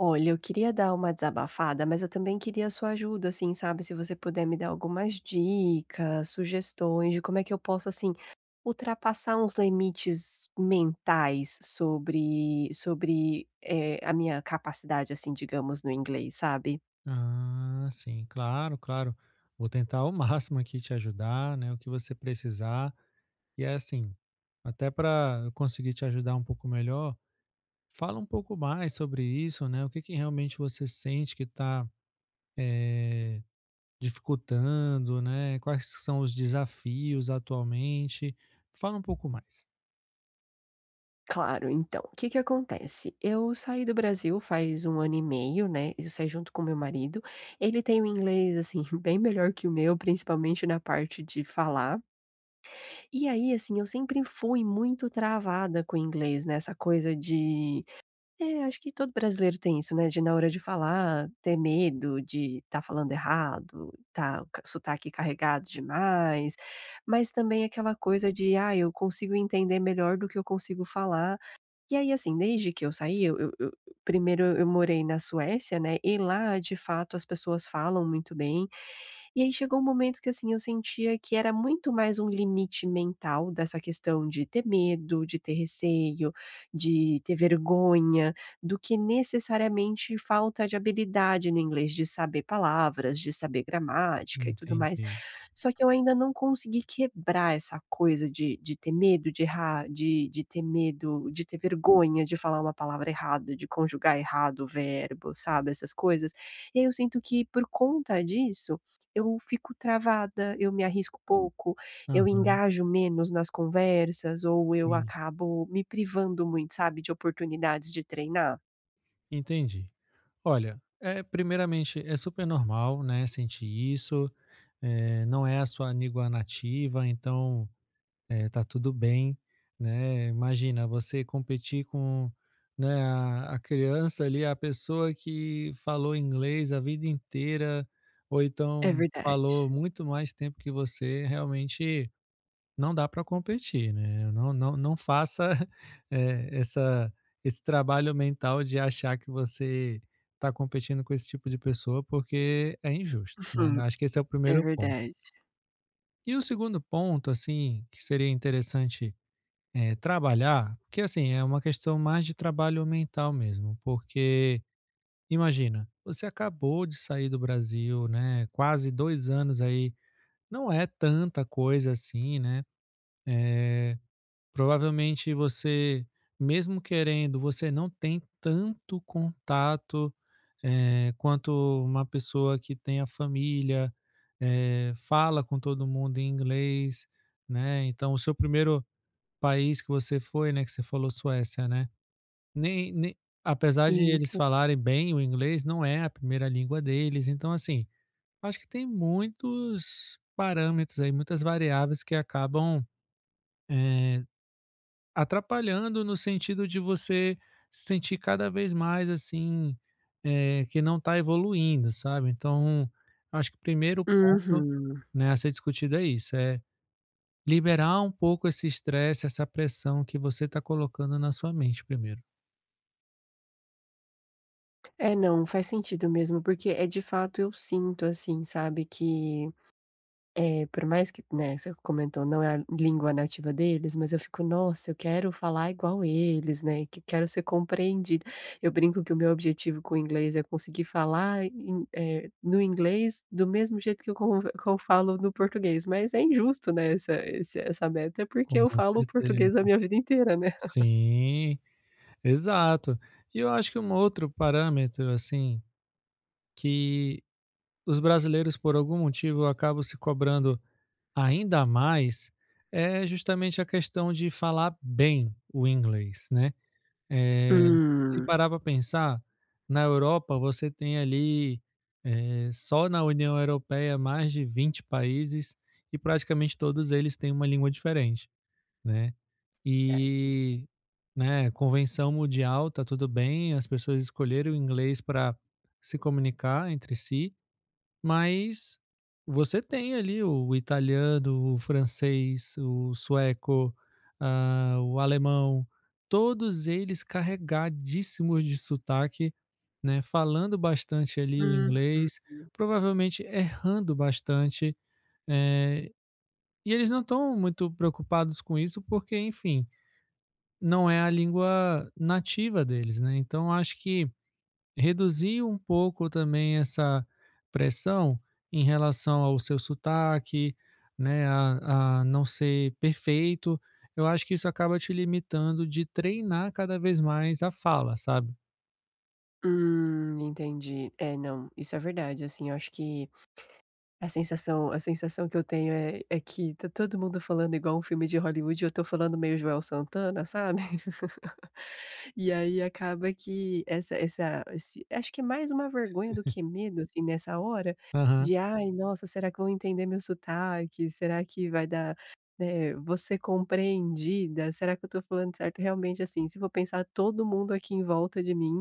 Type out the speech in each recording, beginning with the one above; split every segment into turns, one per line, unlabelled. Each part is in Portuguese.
Olha, eu queria dar uma desabafada, mas eu também queria a sua ajuda, assim, sabe? Se você puder me dar algumas dicas, sugestões de como é que eu posso, assim, ultrapassar uns limites mentais sobre a minha capacidade, assim, digamos, no inglês, sabe?
Ah, sim, claro, claro. Vou tentar ao máximo aqui te ajudar, né? O que você precisar. E é assim, até para eu conseguir te ajudar um pouco melhor, fala um pouco mais sobre isso, né? O que que realmente você sente que está dificultando, né? Quais são os desafios atualmente? Fala um pouco mais.
Claro, então, o que que acontece? Eu saí do Brasil faz um ano e meio, né? Eu saí junto com meu marido. Ele tem o inglês, assim, bem melhor que o meu, principalmente na parte de falar. E aí, assim, eu sempre fui muito travada com o inglês, né, essa coisa de é, acho que todo brasileiro tem isso, né, de na hora de falar, ter medo de estar falando errado, tá o ca sotaque carregado demais, mas também aquela coisa de: "Ah, eu consigo entender melhor do que eu consigo falar". E aí, assim, desde que eu saí, eu primeiro eu morei na Suécia, né, e lá, de fato, as pessoas falam muito bem. E aí chegou um momento que, assim, eu sentia que era muito mais um limite mental dessa questão de ter medo, de ter receio, de ter vergonha, do que necessariamente falta de habilidade no inglês, de saber palavras, de saber gramática e tudo mais.
Entendi.
Só que eu ainda não consegui quebrar essa coisa de ter medo de errar, de ter medo de ter vergonha de falar uma palavra errada, de conjugar errado o verbo, sabe, essas coisas. E aí eu sinto que por conta disso, eu fico travada, eu me arrisco pouco, eu
Aham,
engajo menos nas conversas ou eu
sim.
acabo me privando muito, sabe, de oportunidades de treinar.
Entendi. Olha, é, primeiramente, é super normal, né, sentir isso. Não é a sua língua nativa, então tá tudo bem, né? Imagina você competir com, né, a criança ali, a pessoa que falou inglês a vida inteira, ou
É
então
verdade.
falou muito mais tempo que você, realmente não dá para competir, né? Não, não, não faça essa, esse trabalho mental de achar que você está competindo com esse tipo de pessoa, porque é injusto, né?
Uhum,
Acho que esse é o
é
primeiro ponto.
verdade.
E o segundo ponto, assim, que seria interessante, trabalhar, porque, assim, é uma questão mais de trabalho mental mesmo, porque imagina, você acabou de sair do Brasil, né, quase 2 anos aí, não é tanta coisa assim, né, eh, provavelmente você, mesmo querendo, você não tem tanto contato, quanto uma pessoa que tem a família, fala com todo mundo em inglês, né. Então o seu primeiro país que você foi, né, que você falou Suécia, né, nem apesar de eles
Isso.
falarem bem o inglês, não é a primeira língua deles. Então, assim, acho que tem muitos parâmetros aí, muitas variáveis que acabam, eh, atrapalhando no sentido de você se sentir cada vez mais, assim, que não está evoluindo, sabe. Então, acho que o primeiro ponto,
Uhum.
né, a ser discutido é isso, é liberar um pouco esse estresse, essa pressão que você está colocando na sua mente primeiro.
É, não, faz sentido mesmo, porque é de fato eu sinto assim, sabe, que, é por mais que, né, você comentou, não é a língua nativa deles, mas eu fico: "Nossa, eu quero falar igual eles, né, que quero ser compreendida". Eu brinco que o meu objetivo com o inglês é conseguir falar no inglês do mesmo jeito que eu conver que eu falo no português, mas é injusto, né, essa esse essa meta, porque
Com
eu falo português a
certeza.
minha vida inteira, né.
Sim, exato. E eu acho que um outro parâmetro, assim, que os brasileiros, por algum motivo, acabam se cobrando ainda mais, é justamente a questão de falar bem o inglês, né. Eh, Se
Hum,
parar para pensar, na Europa você tem ali, só na União Europeia mais de 20 países e praticamente todos eles têm uma língua diferente, né.
verdade.
E, né, convenção mundial, tá tudo bem, as pessoas escolheram o inglês para se comunicar entre si, mas você tem ali o italiano, o francês, o sueco, ah, o alemão, todos eles carregadíssimos de sotaque, né, falando bastante ali o
Uhum.
inglês, provavelmente errando bastante, eh, e eles não estão muito preocupados com isso, porque, enfim, não é a língua nativa deles, né. Então acho que reduzir um pouco também essa pressão em relação ao seu sotaque, né, a não ser perfeito. Eu acho que isso acaba te limitando de treinar cada vez mais a fala, sabe.
Entendi. É, não, isso é verdade, assim, eu acho que a sensação que eu tenho é que tá todo mundo falando igual um filme de Hollywood e eu tô falando meio Joel Santana, sabe? E aí acaba que essa essa esse acho que é mais uma vergonha do que medo, assim, nessa hora,
Aham.
de: "Ai, nossa, será que vão entender meu sotaque? Será que vai dar, né, vou compreendida? Será que eu tô falando certo?" Realmente, assim, se for pensar todo mundo aqui em volta de mim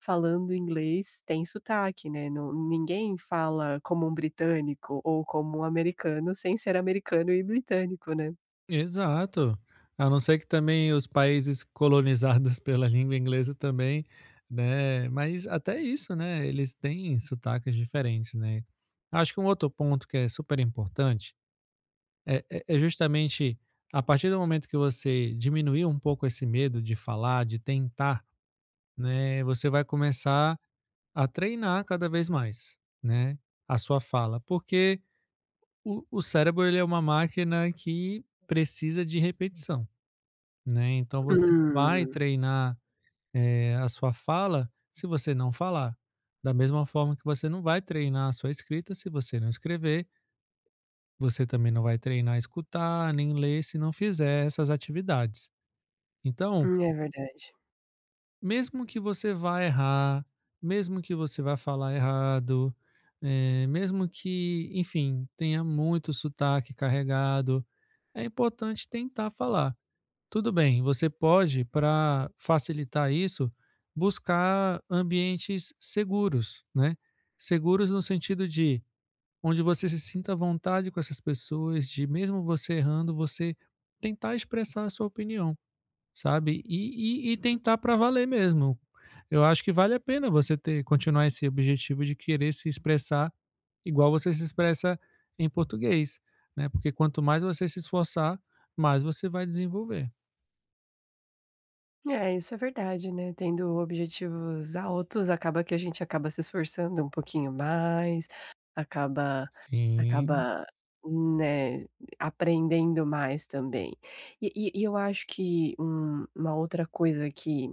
falando inglês tem sotaque, né, não ninguém fala como um britânico ou como um americano sem ser americano e britânico, né.
Exato. A não ser que também os países colonizados pela língua inglesa também, né, mas até isso, né, eles têm sotaques diferentes, né. Acho que um outro ponto que é super importante é, é justamente a partir do momento que você diminuir um pouco esse medo de falar, de tentar, né, você vai começar a treinar cada vez mais, né, a sua fala, porque o cérebro ele é uma máquina que precisa de repetição, né? Então você não vai
Hum,
treinar a sua fala se você não falar. Da mesma forma que você não vai treinar a sua escrita se você não escrever. Você também não vai treinar a escutar, nem ler se não fizer essas atividades. Então,
é verdade.
mesmo que você vá errar, mesmo que você vá falar errado, mesmo que, enfim, tenha muito sotaque carregado, é importante tentar falar. Tudo bem, você pode, para facilitar isso, buscar ambientes seguros, né? Seguros no sentido de onde você se sinta à vontade com essas pessoas, de mesmo você errando, você tentar expressar a sua opinião, sabe? E tentar para valer mesmo. Eu acho que vale a pena você ter continuar esse objetivo de querer se expressar igual você se expressa em português, né? Porque quanto mais você se esforçar, mais você vai desenvolver.
É, isso é verdade, né, tendo objetivos altos, acaba que a gente acaba se esforçando um pouquinho mais, acaba
Sim,
acaba, né, aprendendo mais também. E eu acho que uma outra coisa que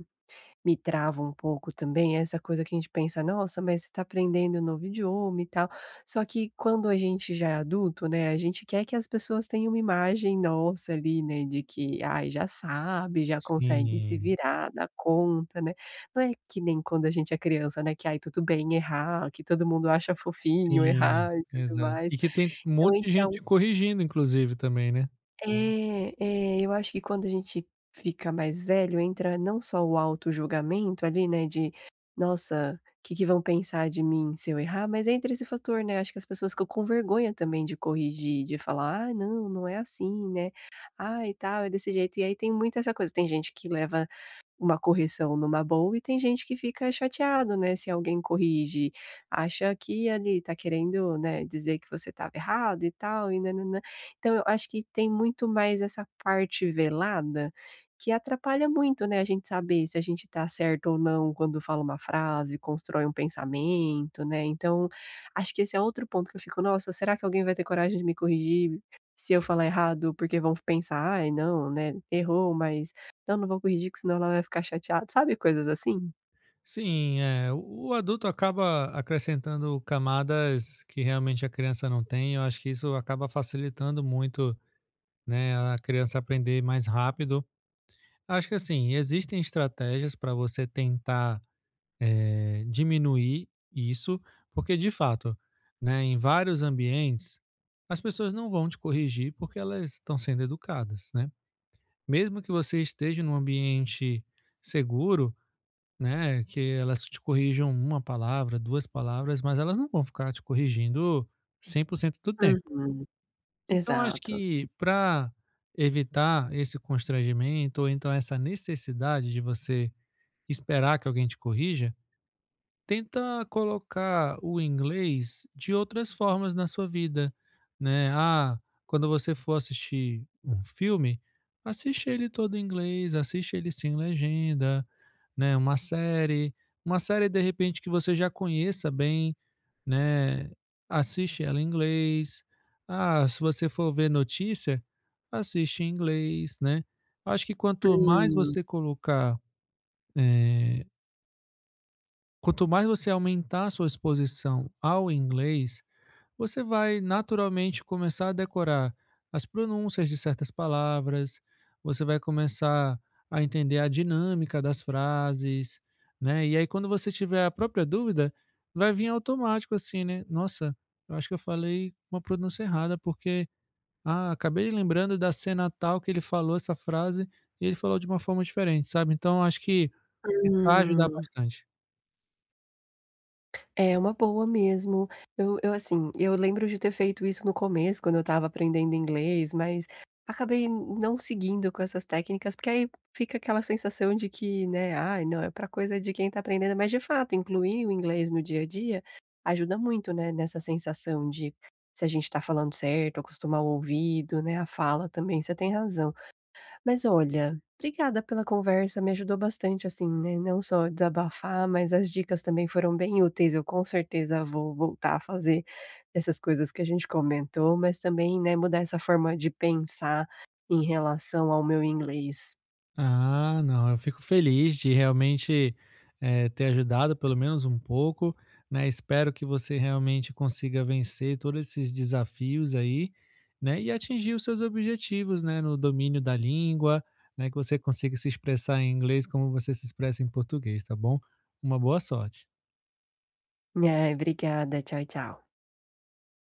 me trava um pouco também essa coisa que a gente pensa: "Nossa, mas você está aprendendo um novo idioma e tal". Só que quando a gente já é adulto, né, a gente quer que as pessoas tenham uma imagem nossa ali, né, de que, ai, já sabe, já consegue se
sim,
virar, dá conta, né. Não é que nem quando a gente é criança, né, que, ai, tudo bem errar, que todo mundo acha fofinho
sim,
errar e tudo
exato.
mais.
E que tem um
Então
monte de
entra
gente corrigindo, inclusive, também, né?
eu acho que quando a gente fica mais velho, entra não só o julgamento ali, né, de: "Nossa, o que que vão pensar de mim se eu errar?", mas entra esse fator, né, acho que as pessoas ficam com vergonha também de corrigir, de falar: "Ah, não, não é assim, né. Ah, e tal, é desse jeito". E aí tem muito essa coisa, tem gente que leva uma correção numa boa e tem gente que fica chateado, né, se alguém corrige, acha que ali está querendo, né, dizer que você estava errado e tal e nã Então eu acho que tem muito mais essa parte velada, que atrapalha muito, né, a gente saber se a gente está certo ou não quando fala uma frase, constrói um pensamento, né, então acho que esse é outro ponto que eu fico: "Nossa, será que alguém vai ter coragem de me corrigir se eu falar errado?" Porque vão pensar: "Ai não, né, errou, mas eu não vou corrigir que senão ela vai ficar chateada", sabe coisas assim?
Sim, é, o adulto acaba acrescentando camadas que realmente a criança não tem. Eu acho que isso acaba facilitando muito, né, a criança aprender mais rápido. Acho que assim, existem estratégias para você tentar diminuir isso, porque de fato, né, em vários ambientes, as pessoas não vão te corrigir porque elas estão sendo educadas, né? Mesmo que você esteja num ambiente seguro, né, que elas te corrijam uma palavra, 2 palavras, mas elas não vão ficar te corrigindo 100% do tempo.
Uhum,
Então acho
exato.
que para evitar esse constrangimento ou então essa necessidade de você esperar que alguém te corrija, tenta colocar o inglês de outras formas na sua vida, né. Ah, quando você for assistir um filme, assiste ele todo em inglês, assiste ele sem legenda, né. Uma série, de repente, que você já conheça bem, né, assiste ela em inglês. Ah, se você for ver notícia, assiste em inglês, né. Acho que quanto mais
Hum,
você colocar, eh quanto mais você aumentar a sua exposição ao inglês, você vai naturalmente começar a decorar as pronúncias de certas palavras, você vai começar a entender a dinâmica das frases, né? E aí, quando você tiver a própria dúvida, vai vir automático assim, né? Nossa, eu acho que eu falei uma pronúncia errada, porque ah, acabei lembrando da cena tal que ele falou essa frase e ele falou de uma forma diferente, sabe? Então, acho que isso vai ajudar
hum.
bastante.
É uma boa mesmo. Eu, assim, eu lembro de ter feito isso no começo, quando eu estava aprendendo inglês, mas acabei não seguindo com essas técnicas, porque aí fica aquela sensação de que, né, "Ai, não, é pra coisa de quem tá aprendendo", mas de fato, incluir o inglês no dia a dia ajuda muito, né, nessa sensação de se a gente tá falando certo, acostumar o ouvido, né, a fala também, você tem razão. Mas olha, obrigada pela conversa, me ajudou bastante, assim, né, não só desabafar, mas as dicas também foram bem úteis, eu com certeza vou voltar a fazer essas coisas que a gente comentou, mas também, né, mudar essa forma de pensar em relação ao meu inglês.
Ah, não, eu fico feliz de realmente, ter ajudado pelo menos um pouco, né. Espero que você realmente consiga vencer todos esses desafios aí, né, e atingir os seus objetivos, né, no domínio da língua, né, que você consiga se expressar em inglês como você se expressa em português, tá bom? Uma boa sorte.
Ai, obrigada, tchau, tchau.